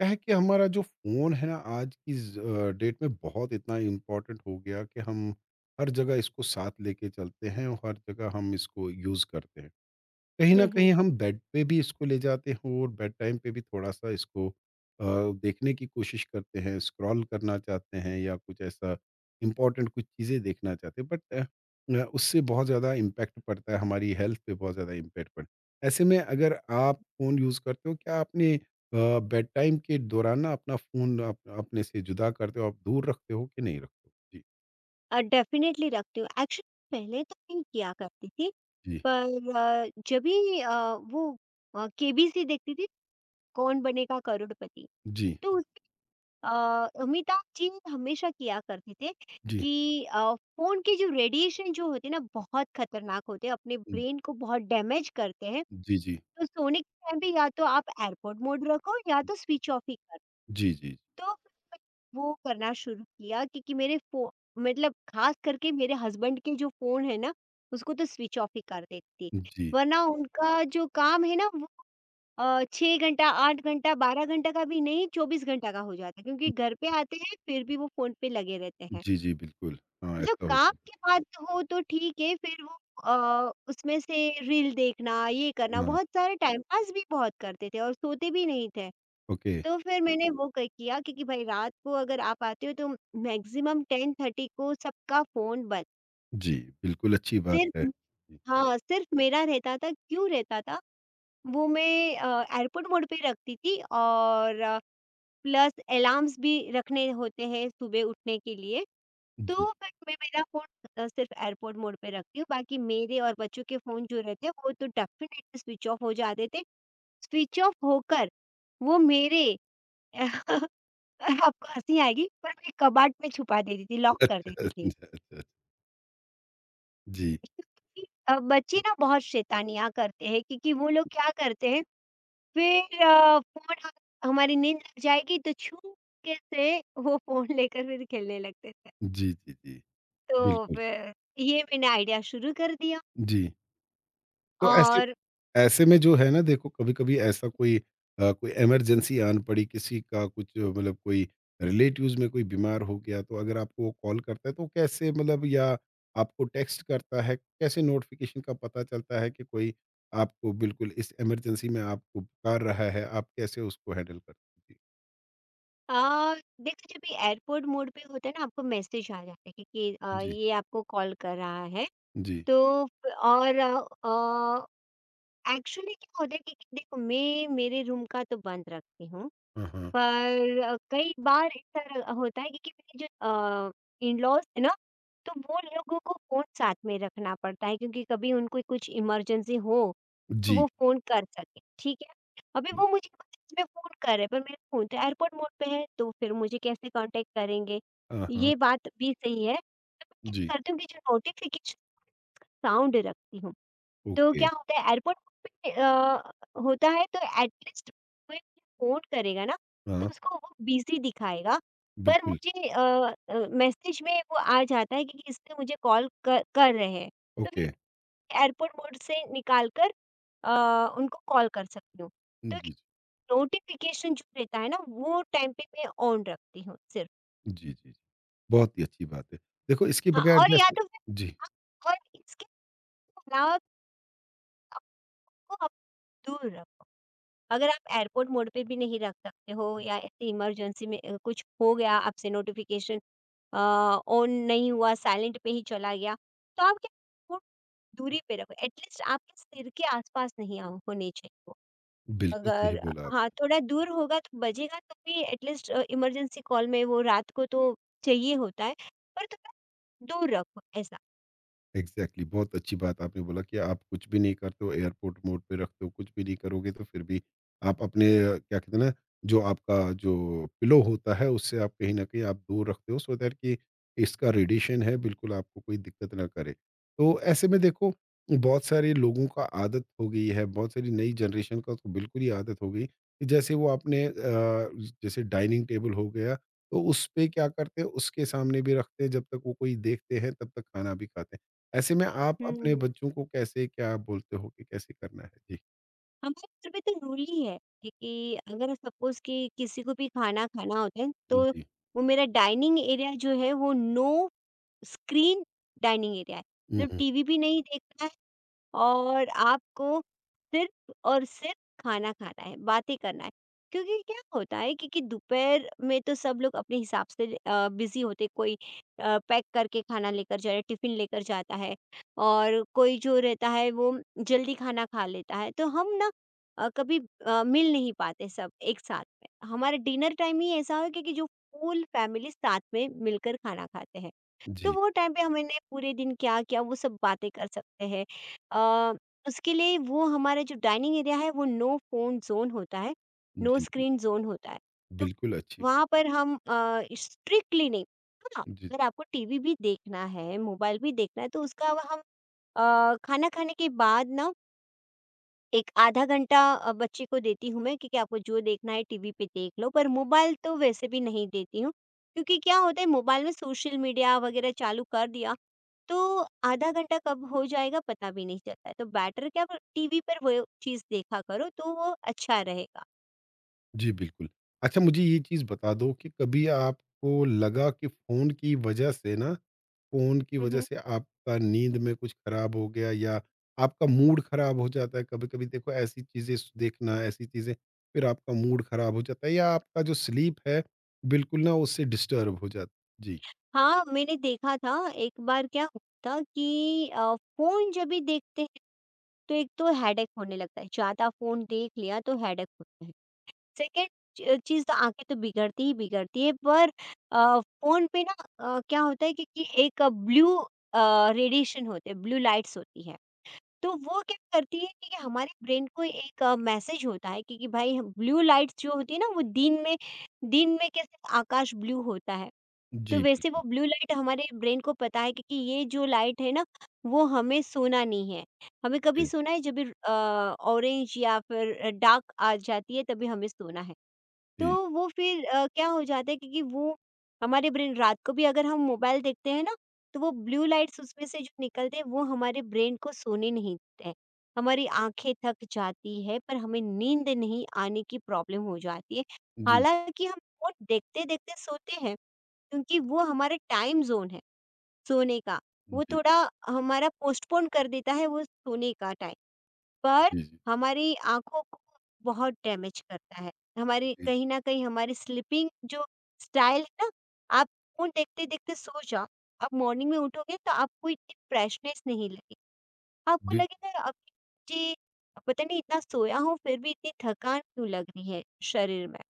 क्या है कि हमारा जो फ़ोन है ना आज की डेट में बहुत इतना इम्पोर्टेंट हो गया कि हम हर जगह इसको साथ लेके चलते हैं और हर जगह हम इसको यूज़ करते हैं। कहीं हुँ, न हुँ। कहीं हम बेड पे भी इसको ले जाते हैं और बेड टाइम पे भी थोड़ा-सा इसको अ, देखने की कोशिश करते हैं, स्क्रॉल करना चाहते हैं या कुछ ऐसा इम्पोर्टेंट कुछ चीज़ें देखना चाहते हैं बट न उससे बहुत ज़्यादा इम्पैक्ट पड़ता है, हमारी हेल्थ पे बहुत ज़्यादा इम्पैक्ट पड़ता है। ऐसे में अगर आप फ़ोन यूज़ करते हो, क्या आपने बेड टाइम के दौरान ना अपना फ़ोन आप अपने से जुदा करते हो, आप दूर रखते हो कि नहीं रखते हो? जी, अ, डेफ़िनेटली रखती हूँ। एक्चुअली पहले तो नहीं किया करती थी, जी, पर जब भी वो केबीसी देखती थी, कौन बनेगा करोड़पति, जी, तो उसमें अ, अमिताभ जी हमेशा किया करते थे जी। कि फ़ोन के जो रेडिएशन जो होते हैं ना, बहुत खतरनाक होते हैं, अपने हुँ, ब्रेन को बहुत डैमेज करते हैं। जी, जी। तो सोने के टाइम पे या तो आप एयरपोर्ट मोड रखो या तो स्विच ऑफ ही कर जी, जी। तो वो करना शुरू किया क्योंकि मेरे फ़ो मतलब ख़ास करके मेरे हस्बैंड के जो फ़ोन है ना, उसको तो स्विच ऑफ ही कर देती, जी। वरना उनका जो काम है ना वो 6 घंटा, 8 घंटा, 12 घंटा का भी नहीं 24 घंटा का हो जाता है क्योंकि घर पे आते हैं फिर भी वो फ़ोन पे लगे रहते हैं। जी, जी, बिल्कुल। हाँ, मतलब ऐसा हो काम जाता के बाद हो तो ठीक है फिर वो उसमें से रील देखना, ये है। करना हाँ, बहुत सारा टाइम पास भी बहुत करते थे और सोते भी नहीं थे। ओके। तो फिर मैंने वो क किया क्योंकि भाई रात को अगर आप आते हो तो मैक्सिमम 10:30 को सबका फ़ोन बंद। जी, बिल्कुल अच्छी बात है। सिर्फ़ जी, हाँ, सिर्फ़ मेरा रहता था, क्यों रहता था? वो मैं एयरपोर्ट मोड पे रखती थी और प्लस अलार्म्स भी रखने होते हैं सुबह उठने के लिए। जी। तो फिर मैं मेरा फ़ोन सिर्फ़ एयरपोर्ट मोड पे रखती हूँ, बाकी मेरे और बच्चों के फ़ोन जो रहते हैं वो तो डेफ़िनेटली स्विच ऑफ हो जाते थे। स्विच ऑफ होकर वो मेरे आपको हँसी आएगी पर मैं कबाट में छुपा देती थी, लॉक कर अच्छा, देती थी। अच्छा, अच्छा। अच्छा। जी, क्योंकि बच्चे ना बहुत शैतानियाँ करते हैं क्योंकि वो लोग क्या करते हैं फिर अ, फ़ोन ह हमारी नींद लग जाएगी तो छुपके से वो फ़ोन लेकर फिर खेलने लगते थे। जी, जी, जी, तो बिल्कुल। फिर ये मैंने आइडिया शुरू कर दिया जी। तो ऐसे और ऐसे में जो है ना देखो कभी-कभी ऐसा कोई इमरजेंसी आन पड़ी किसी का कुछ मतलब कोई रिलेटिव्स में कोई बीमार हो गया तो अगर आपको वो कॉल करता है तो कैसे मतलब या आपको टेक्स्ट करता है, कैसे नोटिफ़िकेशन का पता चलता है कि कोई आपको बिल्कुल इस इमरजेंसी में आपको पुकार रहा है, आप कैसे उसको हैंडल करते हो? जी, अ, देखो जब ये एयरपोर्ट मोड पे होता है ना आपको मैसेज आ जाता है कि जी, ये आपको कॉल कर रहा है। जी। तो फ और अ एक्चुअली क्या होता है कि देखो मैं मेरे रूम का तो बंद रखती हूँ, हाँ, हाँ। पर कई बार ऐसा र होता है कि मेरे जो अ, इन-लॉज़ है ना, तो वो लोगों को फ़ोन साथ में रखना पड़ता है क्योंकि कभी उनको कुछ इमरजेंसी हो, तो जी, वो फ़ोन कर सकें, ठीक है? अभी वो मुझे में फ़ोन कर रहे हैं पर मेरा फ़ोन तो एयरपोर्ट मोड पे है, तो फिर मुझे कैसे कॉन्टैक्ट करेंगे? हाँ, हाँ, ये बात भी सही है। तो मैं क्या जी, करती हूँ कि जो नोटिफ़िकेशन साउंड रखती हूँ। तो ओके, क्या होता है एयरपोर्ट पे होता है तो एटलीस्ट कोई फ़ोन करेगा ना, तो हाँ, उसको वो बिज़ी दिखाएगा। पर बिल्कुल, मुझे अ अ, मैसेज में वो आ जाता है कि इसने मुझे कॉल कर कर रहे हैं। तो फिर ओके, एयरपोर्ट मोड से निकाल कर अ, उनको कॉल कर सकती हूँ। जी, तो जी, नोटिफ़िकेशन जो रहता है ना, वो टाइम पे मैं ऑन रखती हूँ सिर्फ। जी, जी। बहुत ही अच्छी बात है। देखो इसके हाँ, बगैर और या जैसे तो फिर जी, हाँ, और इसके अलावा अपने आप को आप दूर रख अगर आप एयरपोर्ट मोड पे भी नहीं रख सकते हो या ऐसे इमरजेंसी में कुछ हो गया आपसे नोटिफिकेशन ऑन नहीं हुआ साइलेंट पे ही चला गया तो आप क्या वो दूरी पे रखो एटलीस्ट आपके सिर के आसपास नहीं होने चाहिए वो। बिल्कुल सही अगर बोला। हाँ थोड़ा दूर होगा तो बजेगा तो भी एटलीस्ट इमरजेंसी कॉल में वो रात को तो चाहिए होता है पर थोड़ा दूर रखो। एग्जैक्टली, बहुत अच्छी बात आपने बोला कि आप कुछ भी नहीं करते हो एयरपोर्ट मोड पे रखते हो कुछ भी नहीं करोगे तो फिर भी आप अपने क्या कहते हैं ना जो आपका जो पिलो होता है उससे आप कहीं ना कहीं आप दूर रखते हो सो दैट कि इसका रेडिएशन है बिल्कुल आपको कोई दिक्कत ना करे। तो ऐसे में देखो बहुत सारे लोगों का आदत हो गई है बहुत सारी नई जनरेशन का तो बिल्कुल ही आदत हो गई कि जैसे वो अपने जैसे डाइनिंग टेबल हो गया तो उस पे क्या करते हैं उसके सामने भी रखते हैं जब तक वो कोई देखते हैं तब तक खाना भी खाते हैं। ऐसे में आप अपने ऐसा बच्चों को कैसे क्या बोलते हो कि कैसे करना है? जी। हमारे घर पे तो रूल ही है कि अगर सपोज़ कि किसी को भी खाना खाना होता है, तो जी। वो मेरा डाइनिंग एरिया जो है, वो नो स्क्रीन डाइनिंग एरिया है। हुँ, मतलब हुँ। टीवी भी नहीं देखना और आपको सिर्फ़ और सिर्फ़ खाना खाना है, बातें करना है। क्योंकि क्या होता है कि दोपहर में तो सब लोग अपने हिसाब से बिज़ी होते हैं। कोई पैक करके खाना लेकर जा रहा है, टिफ़िन लेकर जाता है और कोई जो रहता है वो जल्दी खाना खा लेता है। तो हम ना कभी मिल नहीं पाते सब एक साथ में। हमारा डिनर टाइम ही ऐसा है कि जो फुल फैमिली साथ में मिलकर खाना खाते हैं। तो जी, वो टाइम पे हमने पूरे दिन क्या किया वो सब बातें कर सकते हैं। अ, उसके लिए वो हमारा जो डाइनिंग एरिया है वो नो फ़ोन ज़ोन होता है, नो जी, जी। स्क्रीन ज़ोन होता है। तो बिल्कुल अच्छी। वहाँ पर हम स्ट्रिक्टली नहीं हाँ, जी, अगर जी। आपको टीवी भी देखना है, मोबाइल भी देखना है तो उसका हम खाना खाने के बाद ना एक आधा घंटा बच्चे को देती हूँ मैं क्योंकि आपको जो देखना है टीवी पे देख लो, पर मोबाइल तो वैसे भी नहीं देती हूँ। क्योंकि क्या होता है मोबाइल में सोशल मीडिया वगैरह चालू कर दिया, तो आधा घंटा कब हो जाएगा पता भी नहीं चलता है। तो बेटर क्या ब टीवी पर वो चीज़ देखा करो तो वो अच्छा रहेगा। जी, बिल्कुल। अच्छा मुझे ये चीज़ बता दो कि कभी आपको लगा कि फ़ोन की वजह से ना फ़ोन की हुँ, वजह हुँ। से आपका नींद में कुछ ख़राब हो गया या आपका मूड ख़राब हो जाता है? कभी-कभी देखो ऐसी चीज़ें स देखना, ऐसी चीज़ें फिर आपका मूड ख़राब हो जाता है या आपका जो स्लीप है, बिल्कुल ना उससे डिस्टर्ब हो जाता है? जी। हाँ, मैंने देखा था एक बार क्या होता कि फ़ोन जब भी देखते हैं तो एक तो हेडेक होने लगता है, ज़्यादा फ़ोन देख लिया तो हेडेक होता है। सेकंड च चीज़ तो आँखें तो बिगड़ती ही बिगड़ती है पर फ़ोन पे ना क्या होता है कि एक ब्लू रेडिएशन होते हैं, ब्लू लाइट्स होती हैं। तो वो क्या करती है कि हमारे ब्रेन को एक मैसेज होता है कि भाई ब्लू लाइट्स जो होती है ना वो दिन में कैसे आकाश ब्लू होता है, तो जी, वैसे वो बिल्कुल। ब्लू लाइट हमारे ब्रेन को पता है कि ये जो लाइट है ना वो हमें सोना नहीं है। हमें कभी जी, सोना है जब भी ऑरेंज या फिर डार्क आ जाती है तभी हमें सोना है। तो जी। वो फिर क्या हो जाता है क्योंकि वो हमारे ब्रेन रात को भी अगर हम मोबाइल देखते हैं ना, तो वो ब्लू लाइट्स उसमें से जो निकलते हैं वो हमारे ब्रेन को सोने नहीं देते हैं। हमारी आँखें थक जाती है पर हमें नींद नहीं आने की प्रॉब्लम हो जाती है। जी, हालाँकि हम वो देखते-देखते सोते हैं, क्योंकि वो हमारा टाइम ज़ोन है सोने का, वो जी, थोड़ा हमारा पोस्टपोन कर देता है वो सोने का टाइम। पर जी, जी, हमारी आँखों को बहुत डैमेज करता है। हमारी जी, कहीं न कहीं हमारी स्लीपिंग जो स्टाइल है ना, आप फ़ोन देखते-देखते सो जाओ, आप मॉर्निंग में उठोगे तो आपको इतनी फ्रेशनेस नहीं लगेगी। आपको बिल लगेगा अब जी, पता नहीं इतना सोया हूँ फिर भी इतनी थकान क्यों लग रही है शरीर में।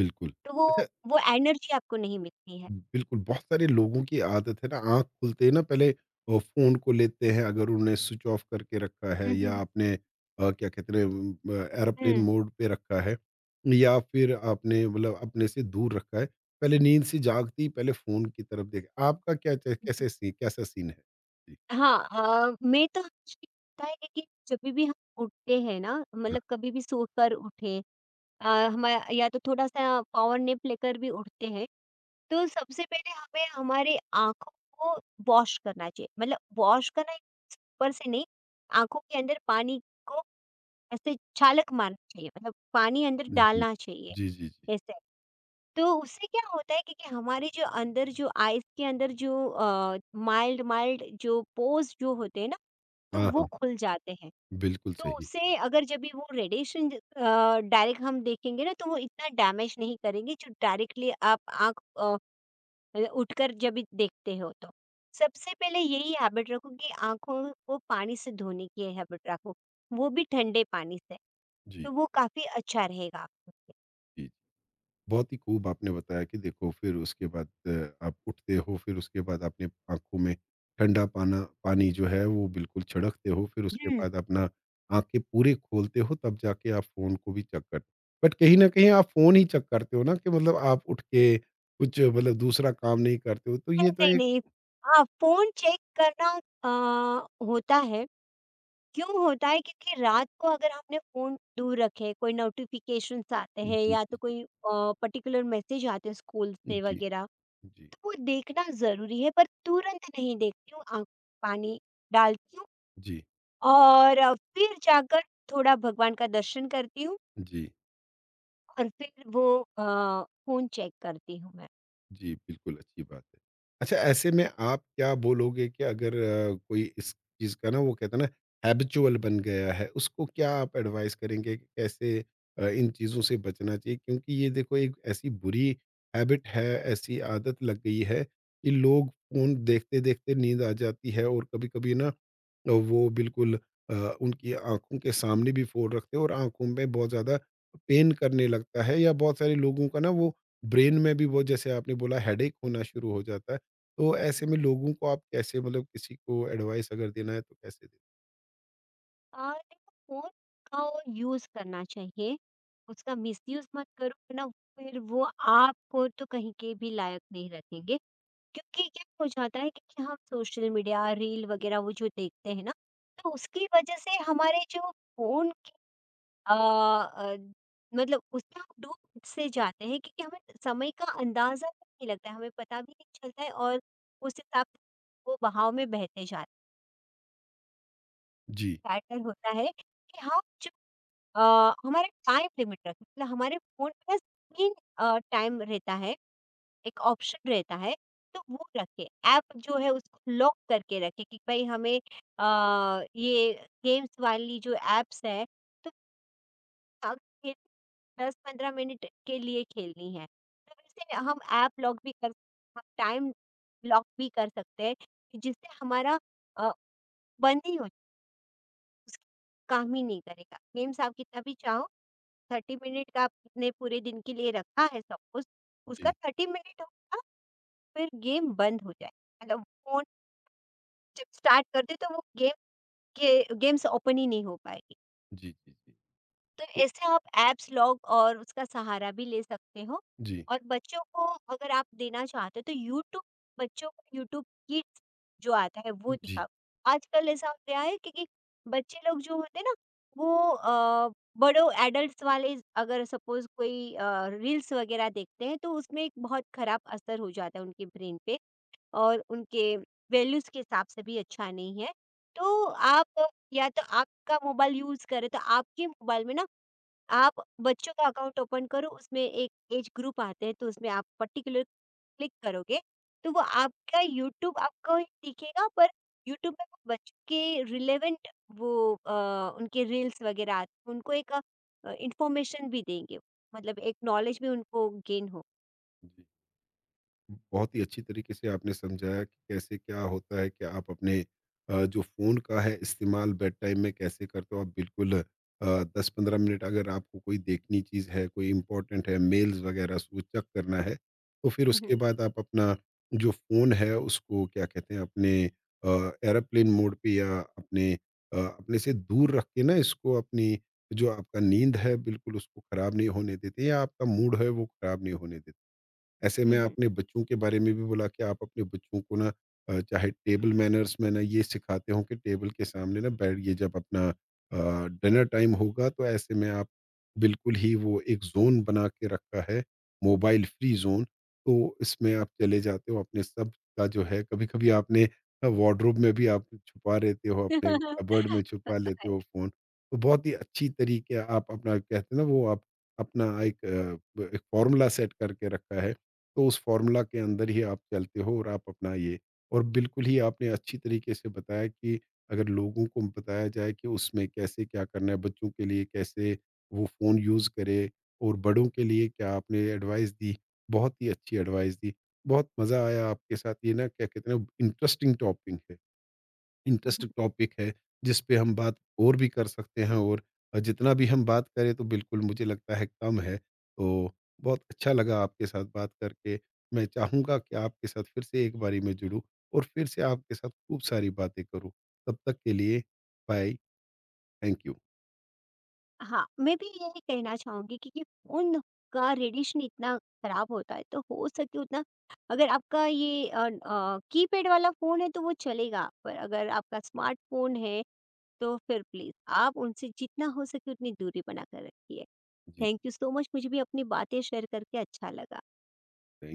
बिल्कुल। तो वो अच्छा, वो एनर्जी आपको नहीं मिलती है। बिल्कुल, बहुत सारे लोगों की आदत है ना, आँख खुलते ही ना पहले फ़ोन को लेते हैं, अगर उन्होंने स्विच ऑफ करके रखा है हुँ, या हुँ, आपने क्या कहते हैं एयरप्लेन हुँ। मोड पे रखा है या फिर आपने मतलब अपने से दूर रखा है, पहले नींद से जागते ही पहले फ़ोन की तरफ देख आपका क्या च हुँ। कैसे सी कैसा सीन है? जी, हाँ, मैं तो मुझे लगता है कि जब भी हम उठते हैं ना हाँ, मतलब कभी भी सोकर उठे आ, हमारा या तो थोड़ा सा पावर नैप लेकर भी उठते हैं तो सबसे पहले हमें हमारे आंखों को वॉश करना चाहिए मतलब वॉश करना ऊपर से नहीं आंखों के अंदर पानी को ऐसे छालक मारना चाहिए मतलब पानी अंदर जी, डालना चाहिए, जी, जी, जी। ऐसे। तो उससे क्या होता है क्योंकि हमारे जो अंदर जो आइस के अंदर जो माइल्ड माइल्ड जो पोर्स जो होते हैं ना, तो हाँ, वो हाँ, खुल जाते हैं। बिल्कुल तो सही। उससे अगर जब भी वो रेडिएशन डायरेक्ट हम देखेंगे ना, तो वो इतना डैमेज नहीं करेंगे जो डायरेक्टली आप आँख मतलब उठकर जब भी देखते हो तो। सबसे पहले यही हैबिट रखो कि आँखों को पानी से धोने की हैबिट रखो, वो भी ठंडे पानी से। जी, तो वो काफ़ी अच्छा रहेगा आपके लिए। जी। बहुत ही खूब आपने बताया कि देखो फिर उसके बाद आप उठते हो फिर उसके बाद अपने आँखों में ठंडा पाना पानी जो है वो बिल्कुल छिड़कते हो फिर उसके हुँ। बाद अपना आँखें पूरे खोलते हो तब जाके आप फ़ोन को भी चेक करते हो। बट कहीं न कहीं आप फ़ोन ही चेक करते हो ना कि मतलब आप उठ के कुछ मतलब दूसरा काम नहीं करते हो तो ये नहीं, तो एक। नहीं। हाँ, फ़ोन चेक करना होता है। क्यों होता है क्योंकि रात को अगर हमने फ़ोन दूर रखे, कोई नोटिफ़िकेशंस आते जी, हैं जी, या तो जी। कोई पर्टिकुलर मैसेज आते हैं स्कूल से जी, वगैरह, जी, तो वो देखना ज़रूरी है पर तुरंत नहीं देखती हूँ, आँख पानी डालती हूँ जी, और फिर जाकर थोड़ा भगवान का दर्शन करती हूँ जी। और फिर वो अ, फ़ोन चेक करती हूँ मैं। जी, बिल्कुल अच्छी बात है। अच्छा ऐसे में आप क्या बोलोगे कि अगर कोई इस चीज़ का ना वो कहते हैं ना हैबिचुअल बन गया है, उसको क्या आप एडवाइस करेंगे कि कैसे इन चीज़ों से बचना चाहिए? क्योंकि ये देखो एक ऐसी बुरी हैबिट है, ऐसी आदत लग गई है कि लोग फ़ोन देखते-देखते नींद आ जाती है और कभी-कभी ना वो बिल्कुल अ, उनकी आँखों के सामने भी फ़ोन रखते हैं और आँखों में बहुत ज़्यादा पेन करने लगता है या बहुत सारे लोगों का ना वो ब्रेन में भी वो जैसे आपने बोला हेडेक हुँ, होना हुँ। शुरू हो जाता है। तो ऐसे में लोगों को आप कैसे मतलब किसी को एडवाइस अगर देना है तो कैसे दें? और देखो फ़ोन का यूज़ करना चाहिए, उसका मिसयूज़ मत करो वरना फिर वो आपको तो कहीं के भी लायक नहीं रखेंगे। क्योंकि क्या हो जाता है कि हम सोशल मीडिया, रील वग़ैरह वो जो देखते हैं ना, तो उसकी वज़ह से हमारे जो फ़ोन की अ अ, मतलब उसमें हम डूब से जाते हैं क्योंकि हमें समय का अंदाज़ा भी नहीं लगता है, हमें पता भी नहीं चलता है और उस हिसाब से वो बहाव में बहते जाते हैं। जी, बेटर होता है कि हम अ, हमारा टाइम लिमिट रखें मतलब हमारे फ़ोन में ना स्क्रीन टाइम रहता है, एक ऑप्शन रहता है, तो वो रखें। ऐप जो है उसको लॉक करके रखें कि भई हमें अ, ये गेम्स वाली जो ऐप्स है, तो खेल 10-15 मिनट के लिए खेलनी है। तो वैसे हम टाइम लॉक भी कर सकते हैं कि जिससे हमारा अ, बंद ही हो जाए, उसका काम ही नहीं करेगा। गेम्स आप कितना भी चाहो 30 मिनट का आपने पूरे दिन के लिए रखा है सपोज़, उसका जी, 30 मिनट होगा फिर गेम बंद हो जाए। मतलब फ़ोन जब स्टार्ट कर दे तो वो के गेम्स ओपन ही नहीं हो पाए। जी, जी, जी। तो तो ऐसे आप ऐप्स लॉग और उसका सहारा भी ले सकते हो जी, और बच्चों को अगर आप देना चाहते हो तो यूट्यूब बच्चों को यूट्यूब किड्स जो आता है वो जी। दिखाओ। आजकल ऐसा हो गया है क्योंकि बच्चे लोग जो होते हैं ना वो बड़ों एडल्ट्स वाले अगर सपोज कोई रील्स वगैरह देखते हैं तो उसमें एक बहुत खराब असर हो जाता है उनके ब्रेन पे और उनके वैल्यूज के हिसाब से भी अच्छा नहीं है। तो आप या तो आपका मोबाइल यूज करें तो आपके मोबाइल में ना आप बच्चों का अकाउंट ओपन करो, उसमें एक एज ग्रुप आते हैं, तो उसमें आप पर्टिकुलर क्लिक करोगे, तो वो आपका यूट्यूब आपको दिखेगा पर यूट्यूब में वो बच्चों के रिलेवेंट वो अ, उनके रील्स वगैरह आते हैं, उनको एक इन्फॉर्मेशन भी देंगे, मतलब एक नॉलेज भी उनको गेन हो। बहुत ही अच्छी तरीके से आपने समझाया कि कैसे क्या होता है कि आप अपने जो फ़ोन का है इस्तेमाल बेड टाइम में कैसे करते हो आप बिल्कुल 10-15 मिनट अगर आपको कोई देखनी चीज़ है कोई इम्पोर्टेंट है मेल्स वगैरह सो चेक करना है तो फिर उसके बाद आप अपना जो फ़ोन है उसको क्या कहते हैं अपने एरोप्लेन मोड पे या अपने अपने से दूर रख के ना इसको अपनी जो आपका नींद है बिल्कुल उसको ख़राब नहीं होने देते या आपका मूड है वो ख़राब नहीं होने देते। ऐसे हुँ, में हुँ। हुँ, हुँ। अपने बच्चों के बारे में भी बोला कि आप अपने बच्चों को ना चाहे टेबल मैनर्स में ना ये सिखाते हो कि टेबल के सामने ना बैठिए जब अपना डिनर टाइम होगा तो ऐसे में आप बिल्कुल ही वो एक ज़ोन बना के रखा है, मोबाइल फ्री ज़ोन। तो इसमें आप चले जाते हो अपने सब का जो है कभी-कभी आपने वार्डरोब में भी आप छुपा लेते हो, अपने कपबोर्ड में छुपा लेते हो राइट। फ़ोन। तो बहुत ही अच्छी तरीके आप अपना कहते हैं ना वो आप अपना एक अ, ब एक फ़ॉर्मूला सेट करके रखा है। तो उस फार्मूला के अंदर ही आप चलते हो और आप अपना ये और बिल्कुल ही आपने अच्छी तरीके से बताया कि अगर लोगों को बताया जाए कि उसमें कैसे क्या करना है बच्चों के लिए कैसे वो फ़ोन यूज़ करे और बड़ों के लिए क्या आपने एडवाइस दी बहुत ही अच्छी एडवाइस दी। बहुत मज़ा आया आपके साथ ये ना क्या कहते हैं इंटरेस्टिंग टॉपिक है। इंटरेस्ट टॉपिक है, जिस पे हम बात और भी कर सकते हैं और जितना भी हम बात करें तो बिल्कुल मुझे लगता है कम है। तो बहुत अच्छा लगा आपके साथ बात करके। मैं चाहूँगा कि आपके साथ फिर से एक बारी मैं जुड़ूँ और फिर से आपके साथ खूब सारी बातें करूँ। तब तक के लिए बाय, थैंक यू। हाँ, मैं भी यही कहना चाहूँगी क्योंकि फ़ोन का रेडिएशन इतना खराब होता है, तो हो सके उतना अगर आपका ये कीपैड वाला फ़ोन है तो वो चलेगा, पर अगर आपका स्मार्टफ़ोन है, तो फिर प्लीज़ आप उनसे जितना हो सके उतनी दूरी बना कर रखिए। जी, थैंक यू सो मच मुझे भी अपनी बातें शेयर करके अच्छा लगा। थैंक